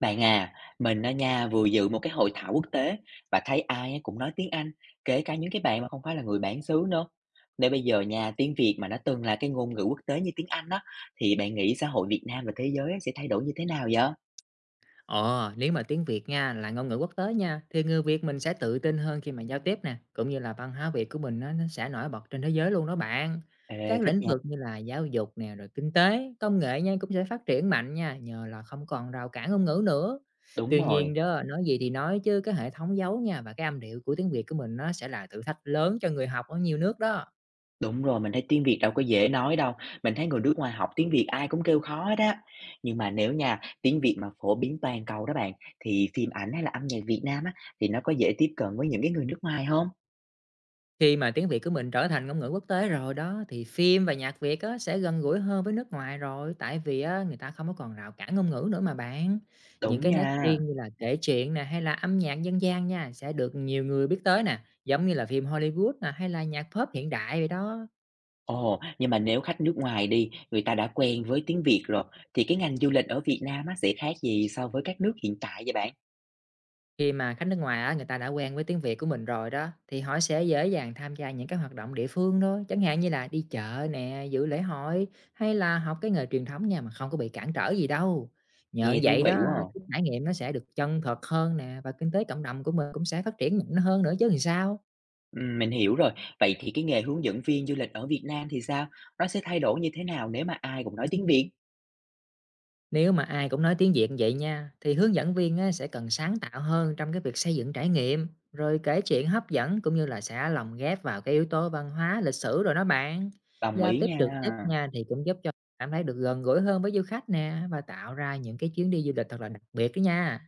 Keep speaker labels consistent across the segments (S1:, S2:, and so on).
S1: Bạn à, mình ở nhà vừa dự một cái hội thảo quốc tế và thấy ai á cũng nói tiếng Anh, kể cả những cái bạn mà không phải là người bản xứ nữa. Nếu bây giờ nhà tiếng Việt mà nó từng là cái ngôn ngữ quốc tế như tiếng Anh đó, thì bạn nghĩ xã hội Việt Nam và thế giới á sẽ thay đổi như thế nào vậy?
S2: Ờ, nếu mà tiếng Việt nha là ngôn ngữ quốc tế nha, thì người Việt mình sẽ tự tin hơn khi mà giao tiếp nè, cũng như là văn hóa Việt của mình nó sẽ nổi bật trên thế giới luôn đó bạn. Các
S1: Ê, thích
S2: lĩnh
S1: nha.
S2: vực như là giáo dục nè, rồi kinh tế, công nghệ nha cũng sẽ phát triển mạnh nha, nhờ là không còn rào cản ngôn ngữ nữa.
S1: Đúng
S2: Tuy
S1: rồi,
S2: nhiên đó, nói gì thì nói chứ cái hệ thống dấu nha và cái âm điệu của tiếng Việt của mình nó sẽ là thử thách lớn cho người học ở nhiều nước đó.
S1: đúng rồi, mình thấy tiếng Việt đâu có dễ nói đâu. Mình thấy người nước ngoài học tiếng Việt ai cũng kêu khó hết á. Nhưng mà nếu nha, tiếng Việt mà phổ biến toàn cầu đó bạn, thì phim ảnh hay là âm nhạc Việt Nam á, thì nó có dễ tiếp cận với những cái người nước ngoài không?
S2: Khi mà tiếng Việt của mình trở thành ngôn ngữ quốc tế rồi đó, thì phim và nhạc Việt á, sẽ gần gũi hơn với nước ngoài rồi, tại vì á, người ta không có còn rào cản ngôn ngữ nữa mà bạn. Những
S1: Đúng
S2: cái nét
S1: nha.
S2: riêng như là kể chuyện nè, hay là âm nhạc dân gian nha, sẽ được nhiều người biết tới nè, giống như là phim Hollywood nè, hay là nhạc pop hiện đại vậy đó.
S1: Ồ, nhưng mà nếu khách nước ngoài đi, người ta đã quen với tiếng Việt rồi, thì cái ngành du lịch ở Việt Nam á, sẽ khác gì so với các nước hiện tại vậy bạn?
S2: Khi mà khách nước ngoài á, người ta đã quen với tiếng Việt của mình rồi đó, thì họ sẽ dễ dàng tham gia những cái hoạt động địa phương thôi, chẳng hạn như là đi chợ nè, dự lễ hội hay là học cái nghề truyền thống nha mà không có bị cản trở gì đâu. Nhờ
S1: Nghe thú
S2: vậy đó,
S1: vị quá à.
S2: cái trải nghiệm nó sẽ được chân thật hơn nè và kinh tế cộng đồng của mình cũng sẽ phát triển mạnh hơn nữa chứ làm sao.
S1: Mình hiểu rồi. Vậy thì cái nghề hướng dẫn viên du lịch ở Việt Nam thì sao? Nó sẽ thay đổi như thế nào nếu mà ai cũng nói tiếng Việt?
S2: Nếu mà ai cũng nói tiếng Việt vậy nha, thì hướng dẫn viên á, sẽ cần sáng tạo hơn trong cái việc xây dựng trải nghiệm, rồi kể chuyện hấp dẫn cũng như là sẽ lồng ghép vào cái yếu tố văn hóa, lịch sử rồi đó bạn.
S1: Đồng
S2: Giao
S1: ý
S2: tiếp
S1: nha.
S2: trực tiếp nha thì cũng giúp cho cảm thấy được gần gũi hơn với du khách nè và tạo ra những cái chuyến đi du lịch thật là đặc biệt đó nha.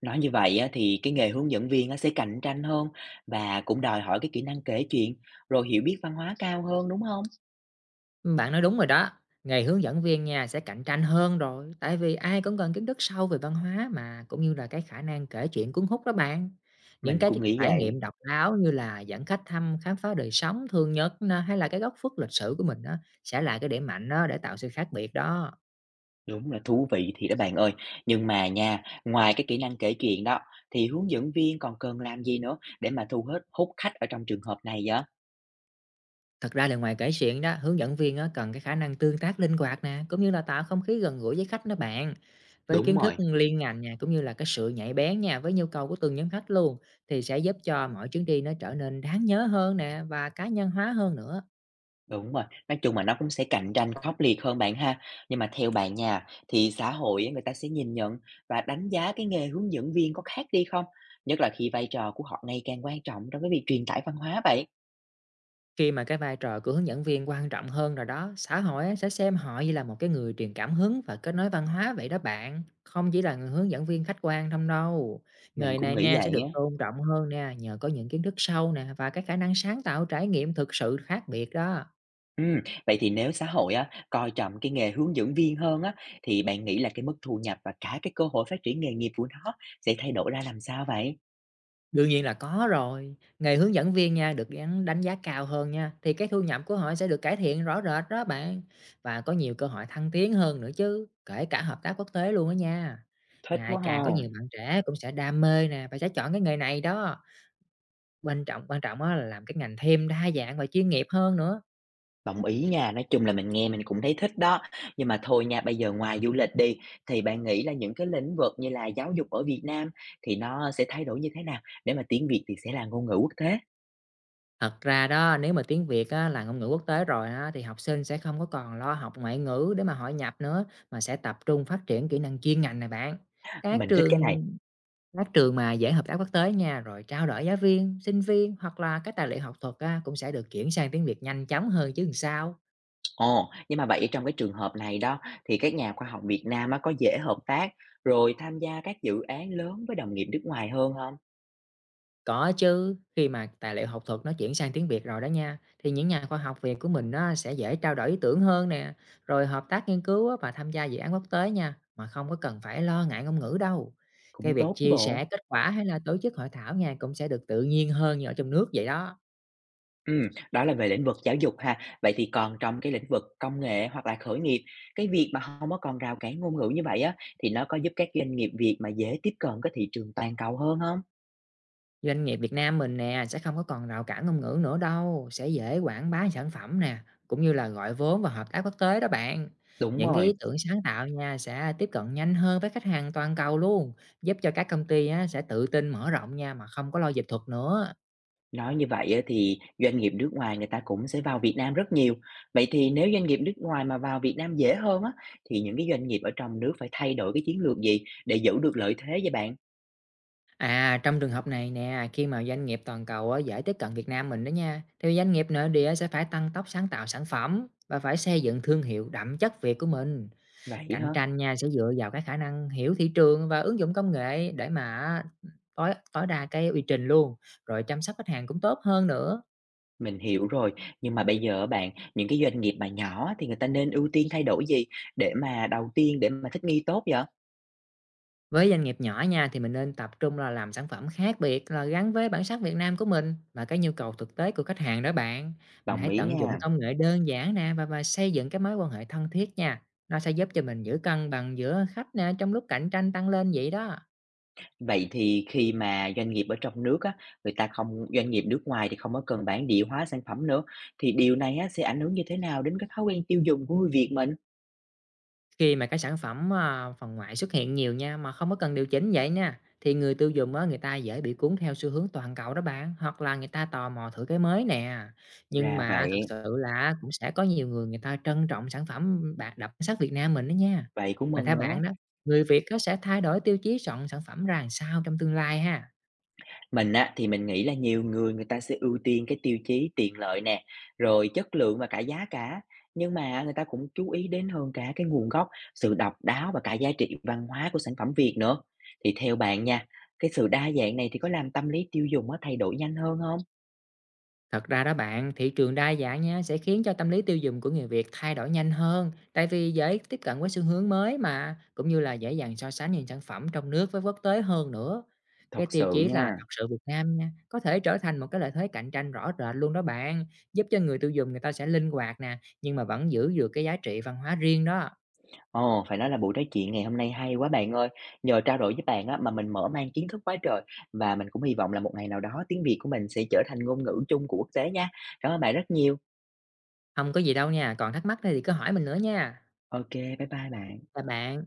S1: Nói như vậy á, thì cái nghề hướng dẫn viên á, sẽ cạnh tranh hơn và cũng đòi hỏi cái kỹ năng kể chuyện, rồi hiểu biết văn hóa cao hơn, đúng không?
S2: Bạn nói đúng rồi đó. Nghề hướng dẫn viên nha sẽ cạnh tranh hơn rồi, tại vì ai cũng cần kiến thức sâu về văn hóa mà cũng như là cái khả năng kể chuyện cuốn hút đó bạn. Những
S1: Mình
S2: cái
S1: cũng nghĩ
S2: trải
S1: vậy.
S2: nghiệm độc đáo như là dẫn khách thăm khám phá đời sống thường nhật nè, hay là cái góc khuất lịch sử của mình á, sẽ là cái điểm mạnh đó để tạo sự khác biệt đó.
S1: Đúng là thú vị thì đó bạn ơi. Nhưng mà nha, ngoài cái kỹ năng kể chuyện đó, thì hướng dẫn viên còn cần làm gì nữa để mà thu hết hút khách ở trong trường hợp này vậy?
S2: Thật ra là ngoài kể chuyện đó, hướng dẫn viên á, cần cái khả năng tương tác linh hoạt nè, cũng như là tạo không khí gần gũi với khách đó bạn. Với
S1: Đúng
S2: kiến thức
S1: rồi.
S2: liên ngành nha, cũng như là cái sự nhạy bén nha, với nhu cầu của từng nhóm khách luôn, thì sẽ giúp cho mỗi chuyến đi nó trở nên đáng nhớ hơn nè và cá nhân hóa hơn nữa.
S1: Đúng rồi, nói chung là nó cũng sẽ cạnh tranh khốc liệt hơn bạn ha. Nhưng mà theo bạn nha, thì xã hội á, người ta sẽ nhìn nhận và đánh giá cái nghề hướng dẫn viên có khác đi không? Nhất là khi vai trò của họ ngày càng quan trọng trong cái việc truyền tải văn hóa vậy.
S2: Khi mà cái vai trò của hướng dẫn viên quan trọng hơn rồi đó, xã hội á, sẽ xem họ như là một cái người truyền cảm hứng và kết nối văn hóa vậy đó bạn. Không chỉ là người hướng dẫn viên khách quan không đâu.
S1: Mình
S2: Người
S1: cũng
S2: này
S1: nghĩ
S2: nè sẽ
S1: vậy á.
S2: được tôn trọng hơn nè, nhờ có những kiến thức sâu nè và cái khả năng sáng tạo trải nghiệm thực sự khác biệt đó.
S1: Ừm, vậy thì nếu xã hội á, coi trọng cái nghề hướng dẫn viên hơn á, thì bạn nghĩ là cái mức thu nhập và cả cái cơ hội phát triển nghề nghiệp của nó sẽ thay đổi ra làm sao vậy?
S2: Đương nhiên là có rồi, nghề hướng dẫn viên nha, được gắn đánh giá cao hơn nha, thì cái thu nhập của họ sẽ được cải thiện rõ rệt đó bạn, và có nhiều cơ hội thăng tiến hơn nữa chứ, kể cả hợp tác quốc tế luôn đó nha.
S1: Thích
S2: Ngày
S1: quá
S2: càng
S1: ha,
S2: có nhiều bạn trẻ cũng sẽ đam mê nè và sẽ chọn cái nghề này đó, quan trọng á là làm cái ngành thêm đa dạng và chuyên nghiệp hơn nữa.
S1: đồng ý nha, nói chung là mình nghe mình cũng thấy thích đó. Nhưng mà thôi nha, bây giờ ngoài du lịch đi, thì bạn nghĩ là những cái lĩnh vực như là giáo dục ở Việt Nam thì nó sẽ thay đổi như thế nào để mà tiếng Việt thì sẽ là ngôn ngữ quốc tế?
S2: Thật ra đó, nếu mà tiếng Việt á, là ngôn ngữ quốc tế rồi á, thì học sinh sẽ không có còn lo học ngoại ngữ để mà hội nhập nữa, mà sẽ tập trung phát triển kỹ năng chuyên ngành này bạn. Các
S1: Mình thích cái này.
S2: trường Các trường mà dễ hợp tác quốc tế nha, rồi trao đổi giáo viên, sinh viên hoặc là các tài liệu học thuật á, cũng sẽ được chuyển sang tiếng Việt nhanh chóng hơn chứ làm sao.
S1: Ồ, nhưng mà vậy trong cái trường hợp này đó thì các nhà khoa học Việt Nam á có dễ hợp tác rồi tham gia các dự án lớn với đồng nghiệp nước ngoài hơn không?
S2: Có chứ, khi mà tài liệu học thuật nó chuyển sang tiếng Việt rồi đó nha, thì những nhà khoa học Việt của mình nó sẽ dễ trao đổi ý tưởng hơn nè, rồi hợp tác nghiên cứu á, và tham gia dự án quốc tế nha, mà không có cần phải lo ngại ngôn ngữ đâu. Cái
S1: Cũng
S2: việc
S1: tốt chứ
S2: chia
S1: bộ.
S2: sẻ kết quả hay là tổ chức hội thảo nha cũng sẽ được tự nhiên hơn như ở trong nước vậy đó.
S1: Ừ, đó là về lĩnh vực giáo dục ha. Vậy thì còn trong cái lĩnh vực công nghệ hoặc là khởi nghiệp, cái việc mà hông có còn rào cản ngôn ngữ như vậy á, thì nó có giúp các doanh nghiệp Việt mà dễ tiếp cận cái thị trường toàn cầu hơn không?
S2: Doanh nghiệp Việt Nam mình nè sẽ không có còn rào cản ngôn ngữ nữa đâu, sẽ dễ quảng bá sản phẩm nè, cũng như là gọi vốn và hợp tác quốc tế đó bạn.
S1: Đúng
S2: Những cái
S1: rồi.
S2: ý tưởng sáng tạo nha sẽ tiếp cận nhanh hơn với khách hàng toàn cầu luôn, giúp cho các công ty á, sẽ tự tin mở rộng nha mà không có lo dịch thuật nữa.
S1: Nói như vậy á thì doanh nghiệp nước ngoài người ta cũng sẽ vào Việt Nam rất nhiều. Vậy thì nếu doanh nghiệp nước ngoài mà vào Việt Nam dễ hơn á, thì những cái doanh nghiệp ở trong nước phải thay đổi cái chiến lược gì để giữ được lợi thế vậy bạn?
S2: À, trong trường hợp này nè, khi mà doanh nghiệp toàn cầu á, dễ tiếp cận Việt Nam mình đó nha, thì doanh nghiệp nội địa sẽ phải tăng tốc sáng tạo sản phẩm và phải xây dựng thương hiệu đậm chất Việt của mình.
S1: Vậy
S2: Cạnh
S1: hả?
S2: tranh nha, sẽ dựa vào cái khả năng hiểu thị trường và ứng dụng công nghệ để mà tối tối đa cái uy trình luôn, rồi chăm sóc khách hàng cũng tốt hơn nữa.
S1: Mình hiểu rồi. Nhưng mà bây giờ á bạn, những cái doanh nghiệp mà nhỏ thì người ta nên ưu tiên thay đổi gì để mà đầu tiên để mà thích nghi tốt vậy?
S2: Với doanh nghiệp nhỏ nha, thì mình nên tập trung là làm sản phẩm khác biệt, là gắn với bản sắc Việt Nam của mình và cái nhu cầu thực tế của khách hàng đó bạn. Mình
S1: Đồng
S2: hãy
S1: ý
S2: tận dụng
S1: nha.
S2: công nghệ đơn giản nè và xây dựng cái mối quan hệ thân thiết nha. Nó sẽ giúp cho mình giữ cân bằng giữa khách nè trong lúc cạnh tranh tăng lên vậy đó.
S1: Vậy thì khi mà doanh nghiệp ở trong nước á, người ta không doanh nghiệp nước ngoài thì không có cần bản địa hóa sản phẩm nữa, thì điều này á, sẽ ảnh hưởng như thế nào đến cái thói quen tiêu dùng của người Việt mình?
S2: Khi mà cái sản phẩm, à, phần ngoại xuất hiện nhiều nha, mà không có cần điều chỉnh vậy nha, thì người tiêu dùng á, người ta dễ bị cuốn theo xu hướng toàn cầu đó bạn, hoặc là người ta tò mò thử cái mới nè. Nhưng
S1: Ra
S2: mà thực
S1: vậy,
S2: sự là cũng sẽ có nhiều người người ta trân trọng sản phẩm bạc đặc sắc Việt Nam mình đó nha.
S1: vậy cũng
S2: Mà
S1: mừng
S2: theo
S1: nữa.
S2: bạn đó, người Việt có sẽ thay đổi tiêu chí chọn sản phẩm ra làm sao trong tương lai ha?
S1: Mình á, thì mình nghĩ là nhiều người người ta sẽ ưu tiên cái tiêu chí tiện lợi nè, rồi chất lượng và cả giá cả. Nhưng mà người ta cũng chú ý đến hơn cả cái nguồn gốc, sự độc đáo và cả giá trị văn hóa của sản phẩm Việt nữa. Thì theo bạn nha, cái sự đa dạng này thì có làm tâm lý tiêu dùng nó thay đổi nhanh hơn không?
S2: Thật ra đó bạn, thị trường đa dạng nha sẽ khiến cho tâm lý tiêu dùng của người Việt thay đổi nhanh hơn, tại vì dễ tiếp cận với xu hướng mới mà, cũng như là dễ dàng so sánh những sản phẩm trong nước với quốc tế hơn nữa.
S1: Thật
S2: Cái tiêu
S1: sự
S2: chí là
S1: nha.
S2: thật sự Việt Nam nha, có thể trở thành một cái lợi thế cạnh tranh rõ rệt luôn đó bạn, giúp cho người tiêu dùng người ta sẽ linh hoạt nè, nhưng mà vẫn giữ được cái giá trị văn hóa riêng đó.
S1: Ồ, phải nói là buổi nói chuyện ngày hôm nay hay quá bạn ơi. Nhờ trao đổi với bạn á, mà mình mở mang kiến thức quá trời và mình cũng hy vọng là một ngày nào đó tiếng Việt của mình sẽ trở thành ngôn ngữ chung của quốc tế nha. Cảm ơn bạn rất nhiều.
S2: Không có gì đâu nha, còn thắc mắc thì cứ hỏi mình nữa nha.
S1: OK, bye bye bạn.
S2: Chào bạn.